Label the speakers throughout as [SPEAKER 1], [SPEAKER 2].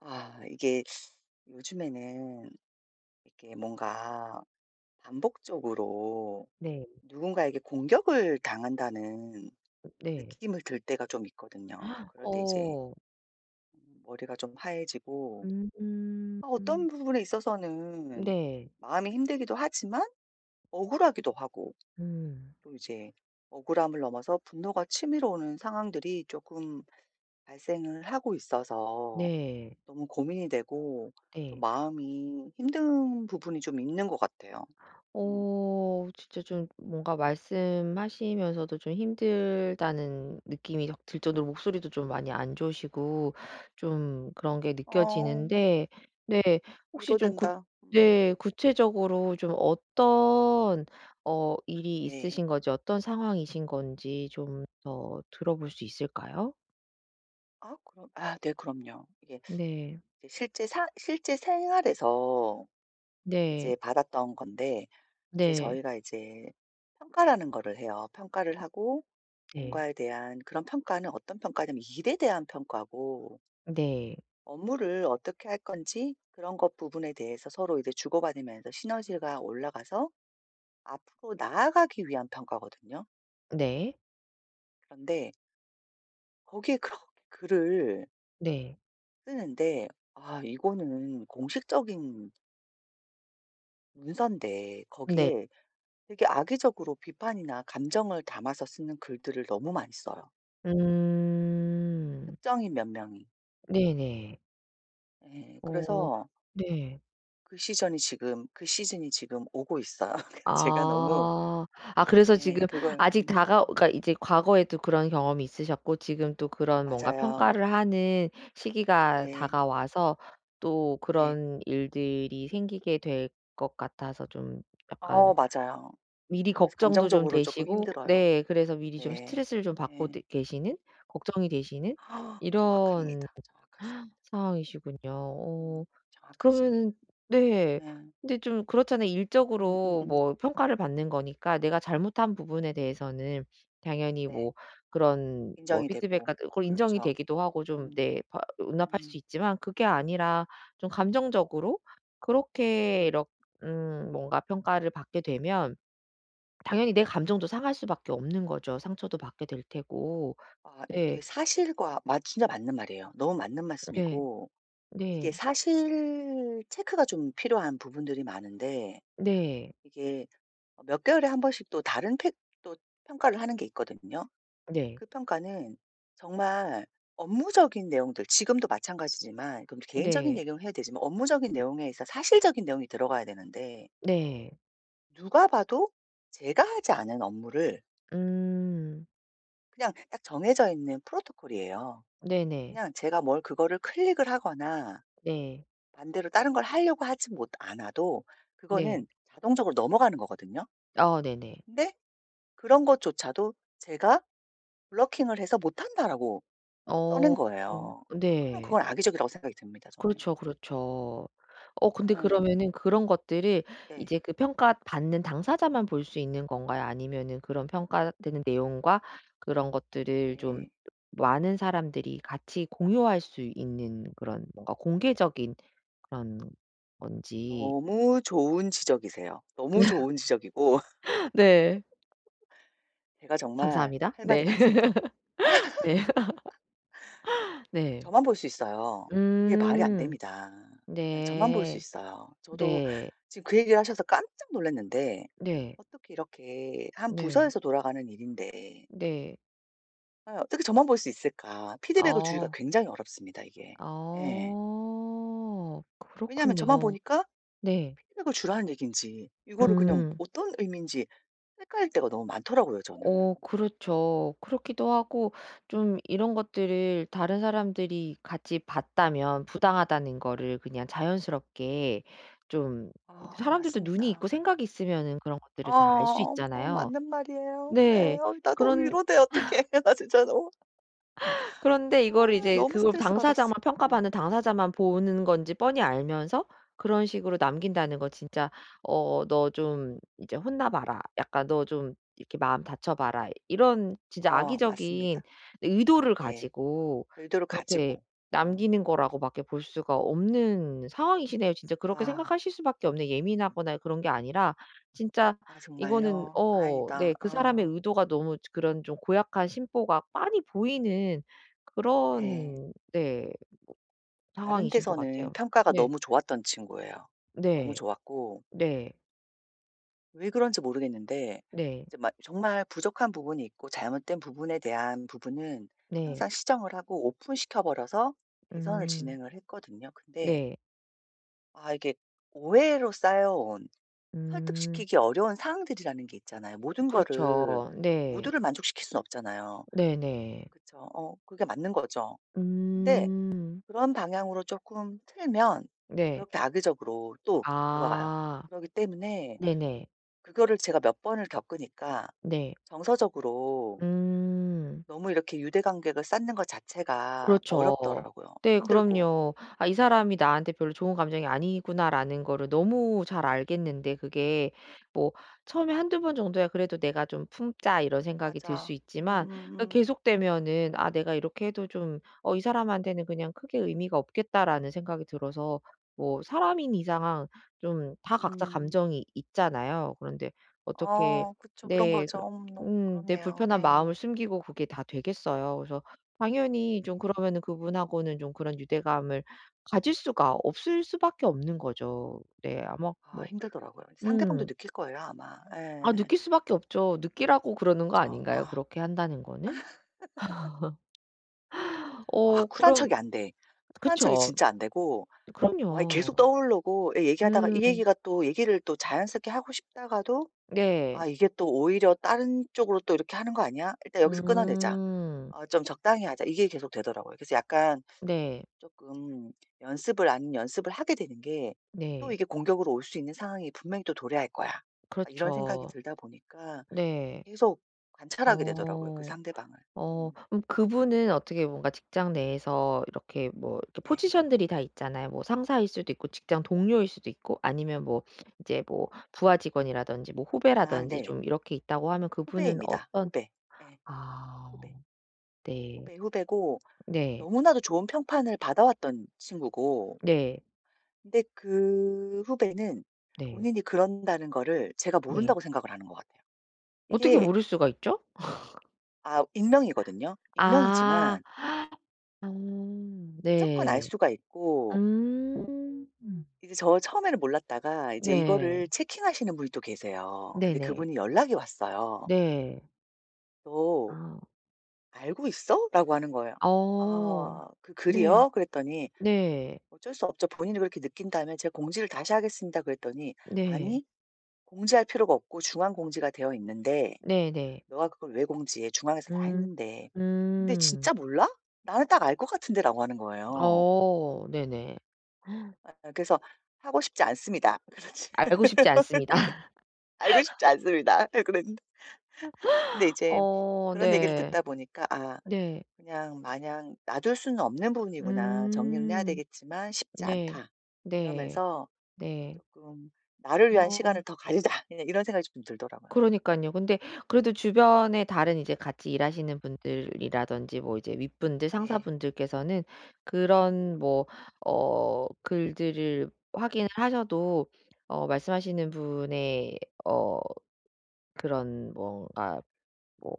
[SPEAKER 1] 아, 이게 요즘에는 이렇게 뭔가 반복적으로
[SPEAKER 2] 네.
[SPEAKER 1] 누군가에게 공격을 당한다는
[SPEAKER 2] 네.
[SPEAKER 1] 느낌을 들 때가 좀 있거든요. 그럴 때 이제
[SPEAKER 2] 어.
[SPEAKER 1] 머리가 좀 하얘지고,
[SPEAKER 2] 음.
[SPEAKER 1] 아, 어떤 부분에 있어서는
[SPEAKER 2] 네.
[SPEAKER 1] 마음이 힘들기도 하지만 억울하기도 하고,
[SPEAKER 2] 음.
[SPEAKER 1] 또 이제 억울함을 넘어서 분노가 치밀어 오는 상황들이 조금 발생을 하고 있어서
[SPEAKER 2] 네.
[SPEAKER 1] 너무 고민이 되고 좀
[SPEAKER 2] 네.
[SPEAKER 1] 마음이 힘든 부분이 좀 있는 것 같아요. 음.
[SPEAKER 2] 어 진짜 좀 뭔가 말씀하시면서도 좀 힘들다는 느낌이 확 들 정도로 목소리도 좀 많이 안 좋으시고 좀 그런 게
[SPEAKER 1] 어,
[SPEAKER 2] 느껴지는데 네 혹시 좀 구
[SPEAKER 1] 위로된다. 음.
[SPEAKER 2] 네 구체적으로 좀 어떤 어 일이
[SPEAKER 1] 네.
[SPEAKER 2] 있으신 건지 어떤 상황이신 건지 좀 더 들어볼 수 있을까요?
[SPEAKER 1] 아, 그럼, 아, 네, 그럼요. 이게
[SPEAKER 2] 네.
[SPEAKER 1] 이제 실제 생활에서 이제
[SPEAKER 2] 네.
[SPEAKER 1] 받았던 건데, 이제
[SPEAKER 2] 네.
[SPEAKER 1] 저희가 이제 평가라는 거를 해요. 평가를 하고,
[SPEAKER 2] 네.
[SPEAKER 1] 뭔가에 대한 그런 평가는 어떤 평가냐면 일에 대한 평가고,
[SPEAKER 2] 네.
[SPEAKER 1] 업무를 어떻게 할 건지 그런 것 부분에 대해서 서로 이제 주고받으면서 시너지가 올라가서 앞으로 나아가기 위한 평가거든요.
[SPEAKER 2] 네.
[SPEAKER 1] 그런데 거기에 그렇게 글을
[SPEAKER 2] 네.
[SPEAKER 1] 쓰는데 아 이거는 공식적인 문서인데
[SPEAKER 2] 네.
[SPEAKER 1] 거기에 되게 악의적으로 비판이나 감정을 담아서 쓰는 글들을 너무 많이 써요,
[SPEAKER 2] 음.
[SPEAKER 1] 특정인 몇 명이.
[SPEAKER 2] 네네.
[SPEAKER 1] 예.
[SPEAKER 2] 어
[SPEAKER 1] 그래서
[SPEAKER 2] 네.
[SPEAKER 1] 그 시즌이 지금 오고 있어요. 제가 너무
[SPEAKER 2] 아. 아 그래서
[SPEAKER 1] 예
[SPEAKER 2] 지금
[SPEAKER 1] 그걸
[SPEAKER 2] 아직 다가 그러니까
[SPEAKER 1] 음.
[SPEAKER 2] 이제 과거에도 그런 경험이 있으셨고 지금 또 그런 뭔가
[SPEAKER 1] 맞아요.
[SPEAKER 2] 평가를 하는 시기가
[SPEAKER 1] 네.
[SPEAKER 2] 다가와서 또
[SPEAKER 1] 네.
[SPEAKER 2] 그런 일들이 생기게 될 것 같아서 좀 약간
[SPEAKER 1] 어 맞아요.
[SPEAKER 2] 미리
[SPEAKER 1] 그래서
[SPEAKER 2] 걱정도 좀
[SPEAKER 1] 감정적으로 조금
[SPEAKER 2] 되시고
[SPEAKER 1] 힘들어요.
[SPEAKER 2] 네 그래서 미리 좀
[SPEAKER 1] 네.
[SPEAKER 2] 스트레스를 좀 받고
[SPEAKER 1] 예.
[SPEAKER 2] 되 계시는 걱정이 되시는
[SPEAKER 1] 아,
[SPEAKER 2] 이런
[SPEAKER 1] 정확합니다. 정확하십니다.
[SPEAKER 2] 상황이시군요.
[SPEAKER 1] 음.
[SPEAKER 2] 어
[SPEAKER 1] 정확하십니다.
[SPEAKER 2] 그러면은 네.
[SPEAKER 1] 예.
[SPEAKER 2] 근데 좀 그렇잖아요.
[SPEAKER 1] 음.
[SPEAKER 2] 일적으로 뭐 평가를 받는
[SPEAKER 1] 음.
[SPEAKER 2] 거니까 내가 잘못한 부분에 대해서는 당연히
[SPEAKER 1] 네.
[SPEAKER 2] 뭐 그런 뭐
[SPEAKER 1] 인정이
[SPEAKER 2] 피드백
[SPEAKER 1] 되고.
[SPEAKER 2] 같은 그걸 인정이
[SPEAKER 1] 그렇죠.
[SPEAKER 2] 되기도 하고 좀
[SPEAKER 1] 음.
[SPEAKER 2] 네 바 용납할
[SPEAKER 1] 음.
[SPEAKER 2] 수 있지만 그게 아니라 좀 감정적으로 그렇게
[SPEAKER 1] 음.
[SPEAKER 2] 이렇 뭔가 평가를 받게 되면 당연히 내 감정도 상할 수밖에 없는 거죠. 상처도 받게 될 테고.
[SPEAKER 1] 아 이게
[SPEAKER 2] 네.
[SPEAKER 1] 사실과 맞 진짜 맞는 말이에요. 너무 맞는
[SPEAKER 2] 네.
[SPEAKER 1] 말씀이고 이게
[SPEAKER 2] 네.
[SPEAKER 1] 사실 체크가 좀 필요한 부분들이 많은데
[SPEAKER 2] 네.
[SPEAKER 1] 이게 어 몇 개월에 한 번씩 또 다른 팩 또 평가를 하는 게 있거든요.
[SPEAKER 2] 네.
[SPEAKER 1] 그 평가는 정말 업무적인 내용들 지금도 마찬가지지만 그럼 개인적인
[SPEAKER 2] 네.
[SPEAKER 1] 얘기를 해야 되지만 업무적인 내용에 있어 사실적인 내용이 들어가야 되는데
[SPEAKER 2] 네.
[SPEAKER 1] 누가 봐도 제가 하지 않은 업무를
[SPEAKER 2] 음.
[SPEAKER 1] 그냥 딱 정해져 있는 프로토콜이에요.
[SPEAKER 2] 네네.
[SPEAKER 1] 그냥 제가 뭘 그거를 클릭을 하거나
[SPEAKER 2] 네.
[SPEAKER 1] 반대로 다른 걸 하려고 하지 못 않아도
[SPEAKER 2] 네.
[SPEAKER 1] 그거는 자동적으로 넘어가는 거거든요.
[SPEAKER 2] 아 네네.
[SPEAKER 1] 근데 그런 것조차도 제가 블러킹을 해서 못 한다라고 써낸
[SPEAKER 2] 어.
[SPEAKER 1] 거예요. 그럼
[SPEAKER 2] 네.
[SPEAKER 1] 그건 악의적이라고 생각이 듭니다, 저는.
[SPEAKER 2] 그렇죠, 그렇죠. 어 근데
[SPEAKER 1] 예.
[SPEAKER 2] 그러면은 그런 것들을
[SPEAKER 1] 네.
[SPEAKER 2] 이제 그 평가받는 당사자만 볼 수 있는 건가요? 아니면은 그런 평가되는 내용과 그런 것들을 좀
[SPEAKER 1] 네.
[SPEAKER 2] 많은 사람들이 같이 공유할 수 있는 그런 뭔가 공개적인 그런 건지.
[SPEAKER 1] 너무 좋은 지적이세요. 너무 좋은 지적이고
[SPEAKER 2] 네.
[SPEAKER 1] 제가 정말
[SPEAKER 2] 감사합니다.
[SPEAKER 1] 할 말이
[SPEAKER 2] 네.
[SPEAKER 1] 많습니다.
[SPEAKER 2] 네. 네.
[SPEAKER 1] 저만 볼 수 있어요. 이게 말이 안
[SPEAKER 2] 음.
[SPEAKER 1] 됩니다. 네, 저만 볼 수
[SPEAKER 2] 네.
[SPEAKER 1] 있어요. 저도
[SPEAKER 2] 네.
[SPEAKER 1] 지금 그 얘기를 하셔서 깜짝 놀랐는데
[SPEAKER 2] 네.
[SPEAKER 1] 어떻게 이렇게 한
[SPEAKER 2] 네.
[SPEAKER 1] 부서에서 돌아가는 일인데
[SPEAKER 2] 네.
[SPEAKER 1] 아, 어떻게 저만 볼 수 있을까? 피드백을 주기가
[SPEAKER 2] 어.
[SPEAKER 1] 굉장히 어렵습니다 이게. 예.
[SPEAKER 2] 아.
[SPEAKER 1] 왜냐하면 저만
[SPEAKER 2] 그렇군요.
[SPEAKER 1] 보니까
[SPEAKER 2] 네.
[SPEAKER 1] 피드백을 주라는 얘기인지 이거를 그냥
[SPEAKER 2] 음.
[SPEAKER 1] 어떤 의미인지 헷갈릴 때가 너무 많더라고요 저는.
[SPEAKER 2] 어 그렇죠. 그렇기도 하고 좀 이런 것들을 다른 사람들이 같이 봤다면 부당하다는 거를 그냥 자연스럽게 좀
[SPEAKER 1] 아
[SPEAKER 2] 사람들도 눈이
[SPEAKER 1] 맞습니다.
[SPEAKER 2] 있고 생각이 있으면은 그런 것들을 다 알 수
[SPEAKER 1] 아 어
[SPEAKER 2] 있잖아요.
[SPEAKER 1] 맞는 말이에요. 네.
[SPEAKER 2] 네.
[SPEAKER 1] 어 나 너무
[SPEAKER 2] 그런
[SPEAKER 1] 위로돼. 어떡해. 나 진짜 너무
[SPEAKER 2] 그런데 이거를
[SPEAKER 1] 아
[SPEAKER 2] 이제
[SPEAKER 1] 너무
[SPEAKER 2] 그걸
[SPEAKER 1] 스트레스 받았어.
[SPEAKER 2] 당사자만
[SPEAKER 1] 예.
[SPEAKER 2] 평가받는 당사자만 보는 건지 뻔히 알면서 그런 식으로 남긴다는 거 진짜 어 "너 좀 이제 혼나 봐라." 약간 "너 좀 이렇게 마음 다쳐 봐라." 이런 진짜
[SPEAKER 1] 어
[SPEAKER 2] 악의적인
[SPEAKER 1] 맞습니다.
[SPEAKER 2] 의도를
[SPEAKER 1] 네.
[SPEAKER 2] 가지고
[SPEAKER 1] 의도를
[SPEAKER 2] 그렇게
[SPEAKER 1] 가지고. 어.
[SPEAKER 2] 남기는 거라고 밖에 볼 수가 없는 상황이시네요. 진짜 그렇게
[SPEAKER 1] 아.
[SPEAKER 2] 생각하실 수밖에 없는 예민하거나 그런 게 아니라 진짜
[SPEAKER 1] 아
[SPEAKER 2] 이거는
[SPEAKER 1] 정말요?
[SPEAKER 2] 어
[SPEAKER 1] 다행이다.
[SPEAKER 2] 네 그 사람의
[SPEAKER 1] 아
[SPEAKER 2] 의도가 너무 그런 좀 고약한 심보가 빤히 보이는
[SPEAKER 1] 네.
[SPEAKER 2] 그런 네
[SPEAKER 1] 다른
[SPEAKER 2] 상황이신 것
[SPEAKER 1] 데서는
[SPEAKER 2] 같아요.
[SPEAKER 1] 평가가
[SPEAKER 2] 네.
[SPEAKER 1] 너무 좋았던 친구예요. 너무
[SPEAKER 2] 네.
[SPEAKER 1] 좋았고
[SPEAKER 2] 네.
[SPEAKER 1] 왜 그런지 모르겠는데
[SPEAKER 2] 네.
[SPEAKER 1] 이제 막 정말 부족한 부분이 있고 잘못된 부분에 대한 부분은
[SPEAKER 2] 네.
[SPEAKER 1] 항상 시정을 하고 오픈시켜 버려서 개선을
[SPEAKER 2] 음.
[SPEAKER 1] 진행을 했거든요. 근데
[SPEAKER 2] 네.
[SPEAKER 1] 아 이게 오해로 쌓여온
[SPEAKER 2] 음.
[SPEAKER 1] 설득시키기 어려운 사항들이라는 게 있잖아요. 모든 거를
[SPEAKER 2] 그렇죠. 네.
[SPEAKER 1] 모두를 만족시킬 수는 없잖아요.
[SPEAKER 2] 네네.
[SPEAKER 1] 그쵸. 어 그게 맞는 거죠. 근데
[SPEAKER 2] 음.
[SPEAKER 1] 그런 방향으로 조금 틀면
[SPEAKER 2] 네.
[SPEAKER 1] 그렇게 악의적으로 또 돌아가요.
[SPEAKER 2] 아.
[SPEAKER 1] 그렇기 때문에
[SPEAKER 2] 네네.
[SPEAKER 1] 그거를 제가 몇 번을 겪으니까
[SPEAKER 2] 네. 네,
[SPEAKER 1] 정서적으로
[SPEAKER 2] 음.
[SPEAKER 1] 너무 이렇게 유대 관계를 쌓는 것 자체가
[SPEAKER 2] 그렇죠.
[SPEAKER 1] 어렵더라고요.
[SPEAKER 2] 네
[SPEAKER 1] 힘들고.
[SPEAKER 2] 그럼요. '아 이
[SPEAKER 1] 음.
[SPEAKER 2] 사람이 나한테 별로 좋은 감정이 아니구나.'라는 거를 너무 잘 알겠는데 그게 뭐 처음에 한두 번 정도야 그래도 '내가 좀 품자.' 이런 생각이 들 수
[SPEAKER 1] 맞아.
[SPEAKER 2] 있지만 그
[SPEAKER 1] 음.
[SPEAKER 2] 계속되면은 '아 내가 이렇게 해도 좀 어 이 사람한테는 그냥 크게 의미가 없겠다.'라는 생각이 들어서 뭐 사람인 이상 좀 다
[SPEAKER 1] 음.
[SPEAKER 2] 각자
[SPEAKER 1] 음.
[SPEAKER 2] 감정이 있잖아요. 그런데 어떻게
[SPEAKER 1] 어 그쵸. 그런
[SPEAKER 2] 내
[SPEAKER 1] 거죠.
[SPEAKER 2] 그
[SPEAKER 1] 너무
[SPEAKER 2] 내
[SPEAKER 1] 그렇네요.
[SPEAKER 2] 불편한
[SPEAKER 1] 예.
[SPEAKER 2] 마음을 숨기고 그게 다 되겠어요. 그래서 당연히 좀 그러면은 그분하고는 좀 그런 유대감을 가질 수가 없을 수밖에 없는 거죠. 네. 아마
[SPEAKER 1] 아
[SPEAKER 2] 뭐
[SPEAKER 1] 힘들더라고요. 상대방도
[SPEAKER 2] 음.
[SPEAKER 1] 느낄 거예요 아마.
[SPEAKER 2] 아
[SPEAKER 1] 예.
[SPEAKER 2] 느낄 수밖에 없죠. 느끼라고 그러는 거
[SPEAKER 1] 그쵸.
[SPEAKER 2] 아닌가요?
[SPEAKER 1] 아.
[SPEAKER 2] 그렇게 한다는 거는?
[SPEAKER 1] 아
[SPEAKER 2] 어
[SPEAKER 1] 쿨한
[SPEAKER 2] 그럼
[SPEAKER 1] 척이 안 돼. 쿨한 척이
[SPEAKER 2] 그쵸.
[SPEAKER 1] 진짜 안 되고 와이 계속
[SPEAKER 2] 그럼요.
[SPEAKER 1] 떠오르고 예 얘기하다가
[SPEAKER 2] 음.
[SPEAKER 1] 이 얘기가 또 얘기를 또 자연스럽게 하고 싶다가도
[SPEAKER 2] 네.
[SPEAKER 1] '아 이게 또 오히려 다른 쪽으로 또 이렇게 하는 거 아니야? 일단 여기서 끊어내자.'
[SPEAKER 2] 음.
[SPEAKER 1] 어 좀 적당히 하자. 이게 계속 되더라고요. 그래서 약간
[SPEAKER 2] 네.
[SPEAKER 1] 조금 연습을 아닌 연습을 하게 되는 게 또
[SPEAKER 2] 네.
[SPEAKER 1] 이게 공격으로 올 수 있는 상황이 분명히 또 도래할 거야. 막 이런 생각이
[SPEAKER 2] 그렇죠.
[SPEAKER 1] 들다 보니까
[SPEAKER 2] 네.
[SPEAKER 1] 계속 관찰하게 되더라고요, 그
[SPEAKER 2] 어.
[SPEAKER 1] 상대방을.
[SPEAKER 2] 어
[SPEAKER 1] 음.
[SPEAKER 2] 그럼 그분은 어떻게 뭔가 직장 내에서 이렇게 뭐 이렇게
[SPEAKER 1] 네.
[SPEAKER 2] 포지션들이 다 있잖아요. 뭐 상사일 수도 있고 직장 동료일 수도 있고 아니면 뭐 이제 뭐 부하 직원이라든지 뭐
[SPEAKER 1] 아
[SPEAKER 2] 후배라든지
[SPEAKER 1] 네.
[SPEAKER 2] 좀 이렇게 있다고 하면 그분은
[SPEAKER 1] 후배입니다.
[SPEAKER 2] 어떤
[SPEAKER 1] 후배. 네
[SPEAKER 2] 아
[SPEAKER 1] 후배.
[SPEAKER 2] 네.
[SPEAKER 1] 후배고
[SPEAKER 2] 네.
[SPEAKER 1] 너무나도 좋은 평판을 받아왔던 친구고
[SPEAKER 2] 네.
[SPEAKER 1] 근데 그 후배는
[SPEAKER 2] 네.
[SPEAKER 1] 본인이 그런다는 거를 제가
[SPEAKER 2] 네.
[SPEAKER 1] 모른다고 생각을 하는 것 같아요.
[SPEAKER 2] 어떻게
[SPEAKER 1] 이게
[SPEAKER 2] 모를 수가 있죠?
[SPEAKER 1] 아 익명이거든요.
[SPEAKER 2] 아.
[SPEAKER 1] 익명이지만 무조건 알
[SPEAKER 2] 네.
[SPEAKER 1] 수가 있고
[SPEAKER 2] 음.
[SPEAKER 1] 이제 저 처음에는 몰랐다가 이제
[SPEAKER 2] 네.
[SPEAKER 1] 이거를 체킹하시는 분이 또 계세요. 근데
[SPEAKER 2] 네네.
[SPEAKER 1] 그분이 연락이 왔어요.
[SPEAKER 2] 네.
[SPEAKER 1] "너
[SPEAKER 2] 아.
[SPEAKER 1] 알고 있어?" 라고 하는 거예요.
[SPEAKER 2] 어.
[SPEAKER 1] "아 그
[SPEAKER 2] 네.
[SPEAKER 1] 글이요?" 그랬더니
[SPEAKER 2] 네.
[SPEAKER 1] "어쩔 수 없죠. 본인이 그렇게 느낀다면 제가 공지를 다시 하겠습니다." 그랬더니
[SPEAKER 2] 네.
[SPEAKER 1] "아니 공지할 필요가 없고 중앙 공지가 되어 있는데
[SPEAKER 2] 네네.
[SPEAKER 1] 너가 그걸 왜 공지해? 중앙에서 다
[SPEAKER 2] 음.
[SPEAKER 1] 했는데." "근데
[SPEAKER 2] 음.
[SPEAKER 1] 진짜 몰라? 나는 딱 알 것 같은데." 라고 하는 거예요.
[SPEAKER 2] 어 네네.
[SPEAKER 1] 아 그래서 하고 싶지 않습니다. 그렇지.
[SPEAKER 2] 알고 싶지 않습니다.
[SPEAKER 1] 얼굴은 알고 싶지 않습니다. 예, 그랬는데 근데 이제
[SPEAKER 2] 어
[SPEAKER 1] 그런 얘기를
[SPEAKER 2] 네.
[SPEAKER 1] 듣다 보니까 '아
[SPEAKER 2] 네.
[SPEAKER 1] 그냥 마냥 놔둘 수는 없는 부분이구나. 정리는 해야
[SPEAKER 2] 음.
[SPEAKER 1] 되겠지만 쉽지
[SPEAKER 2] 네.
[SPEAKER 1] 않다.'
[SPEAKER 2] 네.
[SPEAKER 1] 이러면서
[SPEAKER 2] 네.
[SPEAKER 1] 조금 '나를 위한
[SPEAKER 2] 어
[SPEAKER 1] 시간을 더 가지자.' 그냥 이런 생각이 좀 들더라고요. 어
[SPEAKER 2] 그러니깐요. 근데 그래도 주변에 다른 이제 같이 일하시는 분들이라든지 뭐 이제 윗분들
[SPEAKER 1] 네.
[SPEAKER 2] 상사분들께서는 그런 뭐 어 글들을 확인을 하셔도 어 말씀하시는 분의 어 그런 뭔가 뭐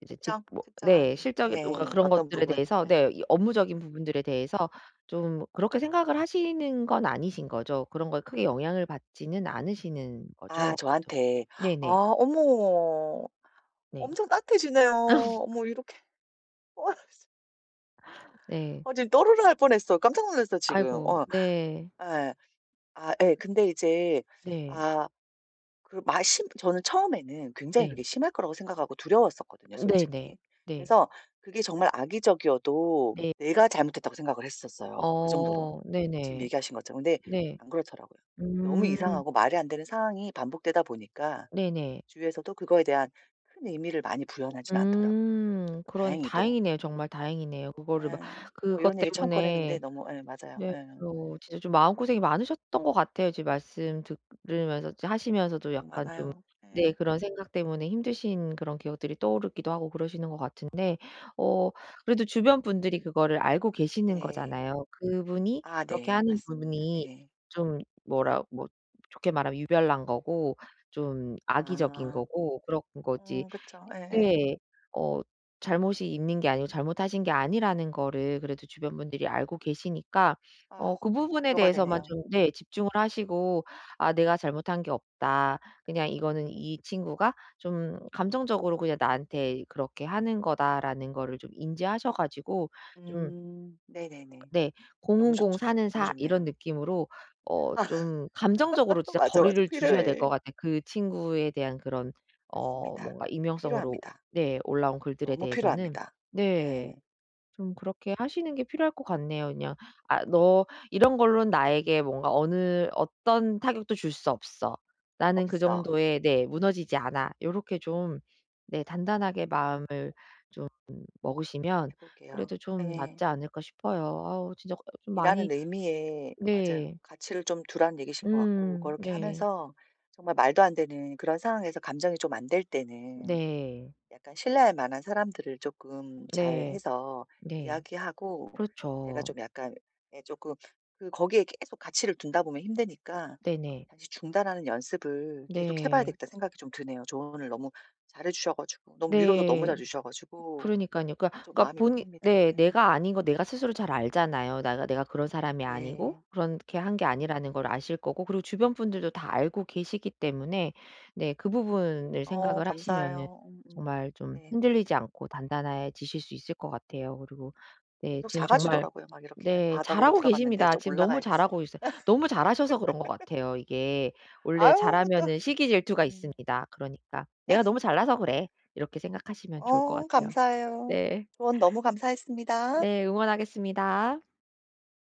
[SPEAKER 2] 이제 직
[SPEAKER 1] 특정,
[SPEAKER 2] 뭐
[SPEAKER 1] 특정한
[SPEAKER 2] 네.
[SPEAKER 1] 게
[SPEAKER 2] 실적이 뭔가
[SPEAKER 1] 예.
[SPEAKER 2] 그런
[SPEAKER 1] 어떤
[SPEAKER 2] 것들에
[SPEAKER 1] 부분.
[SPEAKER 2] 대해서
[SPEAKER 1] 예.
[SPEAKER 2] 네. 이 업무적인 부분들에 대해서 좀 그렇게 생각을 하시는 건 아니신 거죠? 그런 거에 크게 영향을 받지는 않으시는
[SPEAKER 1] 아
[SPEAKER 2] 거죠? 그죠?
[SPEAKER 1] 저한테. 아
[SPEAKER 2] 네네.
[SPEAKER 1] 어머.
[SPEAKER 2] 네.
[SPEAKER 1] 엄청 따뜻해지네요. 어머 이렇게.
[SPEAKER 2] 네.
[SPEAKER 1] 어 지금 또르르 할 뻔했어. 깜짝 놀랐어 지금.
[SPEAKER 2] 아이고.
[SPEAKER 1] 어.
[SPEAKER 2] 네.
[SPEAKER 1] 예. 아 예. 근데 이제
[SPEAKER 2] 네.
[SPEAKER 1] 아 그맛 심. 저는 처음에는 굉장히 그게
[SPEAKER 2] 네.
[SPEAKER 1] 심할 거라고 생각하고 두려웠었거든요
[SPEAKER 2] 네네.
[SPEAKER 1] 솔직히.
[SPEAKER 2] 네.
[SPEAKER 1] 그래서 그게 정말 악의적이어도
[SPEAKER 2] 네.
[SPEAKER 1] 내가 잘못했다고 생각을 했었어요 그 정도로.
[SPEAKER 2] 어.
[SPEAKER 1] 지금
[SPEAKER 2] 네네.
[SPEAKER 1] 얘기하신 것처럼. 근데
[SPEAKER 2] 네.
[SPEAKER 1] 안 그렇더라고요. 너무
[SPEAKER 2] 음.
[SPEAKER 1] 이상하고 말이 안 되는 상황이 반복되다 보니까
[SPEAKER 2] 네네.
[SPEAKER 1] 주위에서도 그거에 대한 큰 의미를 많이 부여하진 않더라고요
[SPEAKER 2] 음. 그런
[SPEAKER 1] 다행히도.
[SPEAKER 2] 다행이네요. 정말 다행이네요. 그거를 막
[SPEAKER 1] 예. 뭐 이런
[SPEAKER 2] 그것
[SPEAKER 1] 얘기 처음 꺼내는데
[SPEAKER 2] 때문에
[SPEAKER 1] 너무 예 맞아요.
[SPEAKER 2] 네.
[SPEAKER 1] 예.
[SPEAKER 2] 그래요. 진짜 좀 마음고생이 많으셨던 것 같아요. 지금 말씀 듣 들으면서 이제 하시면서도
[SPEAKER 1] 너무
[SPEAKER 2] 약간 좀
[SPEAKER 1] 많아요.
[SPEAKER 2] 네
[SPEAKER 1] 예.
[SPEAKER 2] 그런 생각 때문에 힘드신 그런 기억들이 떠오르기도 하고 그러시는 것 같은데 어 그래도 주변 분들이 그거를 알고 계시는
[SPEAKER 1] 네.
[SPEAKER 2] 거잖아요. 그분이
[SPEAKER 1] 아
[SPEAKER 2] 그렇게
[SPEAKER 1] 네.
[SPEAKER 2] 하는
[SPEAKER 1] 맞습니다.
[SPEAKER 2] 부분이
[SPEAKER 1] 예.
[SPEAKER 2] 좀
[SPEAKER 1] 예.
[SPEAKER 2] 뭐라 뭐 좋게 말하면 유별난 거고 좀 악의적인
[SPEAKER 1] 아.
[SPEAKER 2] 거고 그런 거지
[SPEAKER 1] 그쵸. 예예.
[SPEAKER 2] 네. 어 잘못이 있는 게 아니고 잘못하신 게 아니라는 거를 그래도 주변 분들이 알고 계시니까
[SPEAKER 1] 아
[SPEAKER 2] 어 그 부분에
[SPEAKER 1] 위로가
[SPEAKER 2] 대해서만
[SPEAKER 1] 되네요.
[SPEAKER 2] 좀 네 집중을 하시고 '아 내가 잘못한 게 없다. 그냥 이거는 이 친구가 좀 감정적으로 그냥 나한테 그렇게 하는 거다.'라는 거를 좀 인지하셔 가지고 좀
[SPEAKER 1] 네네네.
[SPEAKER 2] 네. 공
[SPEAKER 1] 너무
[SPEAKER 2] 1공사
[SPEAKER 1] 좋죠.
[SPEAKER 2] 는
[SPEAKER 1] 너무
[SPEAKER 2] 사 이런
[SPEAKER 1] 좋네요.
[SPEAKER 2] 느낌으로 어 좀 감정적으로 진짜
[SPEAKER 1] 맞아.
[SPEAKER 2] 거리를 두셔야 될
[SPEAKER 1] 필요해.
[SPEAKER 2] 것 같아요. 그 친구에 대한 그런 어
[SPEAKER 1] 맞습니다.
[SPEAKER 2] 뭔가 익명성으로
[SPEAKER 1] 필요합니다.
[SPEAKER 2] 네 올라온 글들에
[SPEAKER 1] 너무
[SPEAKER 2] 대해서는.
[SPEAKER 1] 필요합니다. 예.
[SPEAKER 2] 네. 좀 그렇게 하시는 게 필요할 것 같네요. 그냥 "아 너 이런 걸로는 나에게
[SPEAKER 1] 음.
[SPEAKER 2] 뭔가 어느 어떤 타격도 줄 수 없어. 나는 그
[SPEAKER 1] 없어.
[SPEAKER 2] 정도의"
[SPEAKER 1] 음.
[SPEAKER 2] 네 "무너지지 않아." 요렇게 좀 네 단단하게 마음을 좀 먹으시면
[SPEAKER 1] 해 볼게요.
[SPEAKER 2] 그래도 좀
[SPEAKER 1] 예.
[SPEAKER 2] 낫지 않을까 싶어요. 아우 진짜 좀
[SPEAKER 1] 일하는
[SPEAKER 2] 많이
[SPEAKER 1] 의미에 맞아요.
[SPEAKER 2] 네.
[SPEAKER 1] 가치를 좀 두라는 얘기신 것 같고 그렇게
[SPEAKER 2] 네.
[SPEAKER 1] 하면서 정말 말도 안 되는 그런 상황에서 감정이 좀 안 될 때는
[SPEAKER 2] 네.
[SPEAKER 1] 약간 신뢰할 만한 사람들을 조금
[SPEAKER 2] 네.
[SPEAKER 1] 잘해서
[SPEAKER 2] 네.
[SPEAKER 1] 이야기하고 제가
[SPEAKER 2] 그렇죠.
[SPEAKER 1] 좀 약간 예금그 거기에 계속 가치를 둔다 보면 힘드니까
[SPEAKER 2] 네네.
[SPEAKER 1] 다시 중단하는 연습을 계속 해 봐야
[SPEAKER 2] 네.
[SPEAKER 1] 되겠다 생각이 좀 드네요. 조언을 너무 잘해 주셔 가지고 너무 위로도 너무
[SPEAKER 2] 네.
[SPEAKER 1] 잘해 주셔 가지고
[SPEAKER 2] 그러니깐요. 그러니까
[SPEAKER 1] 어 좀
[SPEAKER 2] 그러니까
[SPEAKER 1] 마음이
[SPEAKER 2] 본인
[SPEAKER 1] 풀립니다.
[SPEAKER 2] 네
[SPEAKER 1] 예.
[SPEAKER 2] 내가 아닌 거 내가 스스로 잘 알잖아요. 내가 그런 사람이 아니고
[SPEAKER 1] 네.
[SPEAKER 2] 그렇게 한 게 아니라는
[SPEAKER 1] 음음.
[SPEAKER 2] 걸 아실 거고 그리고 주변 분들도 다 알고 계시기 때문에 네 그 부분을
[SPEAKER 1] 어
[SPEAKER 2] 생각을 하시면은
[SPEAKER 1] 감사해요. 음음.
[SPEAKER 2] 정말 좀
[SPEAKER 1] 네.
[SPEAKER 2] 흔들리지 않고 단단해지실 수 있을 것 같아요. 그리고 네
[SPEAKER 1] 계속
[SPEAKER 2] 지금 정말
[SPEAKER 1] 작아지더라고요. 막 이렇게
[SPEAKER 2] 네
[SPEAKER 1] 바닥으로
[SPEAKER 2] 잘하고
[SPEAKER 1] 들어갔는데
[SPEAKER 2] 계십니다.
[SPEAKER 1] 좀
[SPEAKER 2] 지금 너무
[SPEAKER 1] 올라가야겠어요.
[SPEAKER 2] 잘하고 있어요. 너무 잘하셔서 그런 것 같아요 이게. 원래
[SPEAKER 1] 아유 또
[SPEAKER 2] 잘하면은 시기 질투가
[SPEAKER 1] 음.
[SPEAKER 2] 있습니다. 그러니까 '내가 너무 잘나서 그래.' 이렇게 생각하시면 좋을 것
[SPEAKER 1] 어
[SPEAKER 2] 같아요.
[SPEAKER 1] 감사해요.
[SPEAKER 2] 네.
[SPEAKER 1] 조언 너무 감사했습니다.
[SPEAKER 2] 네. 응원하겠습니다.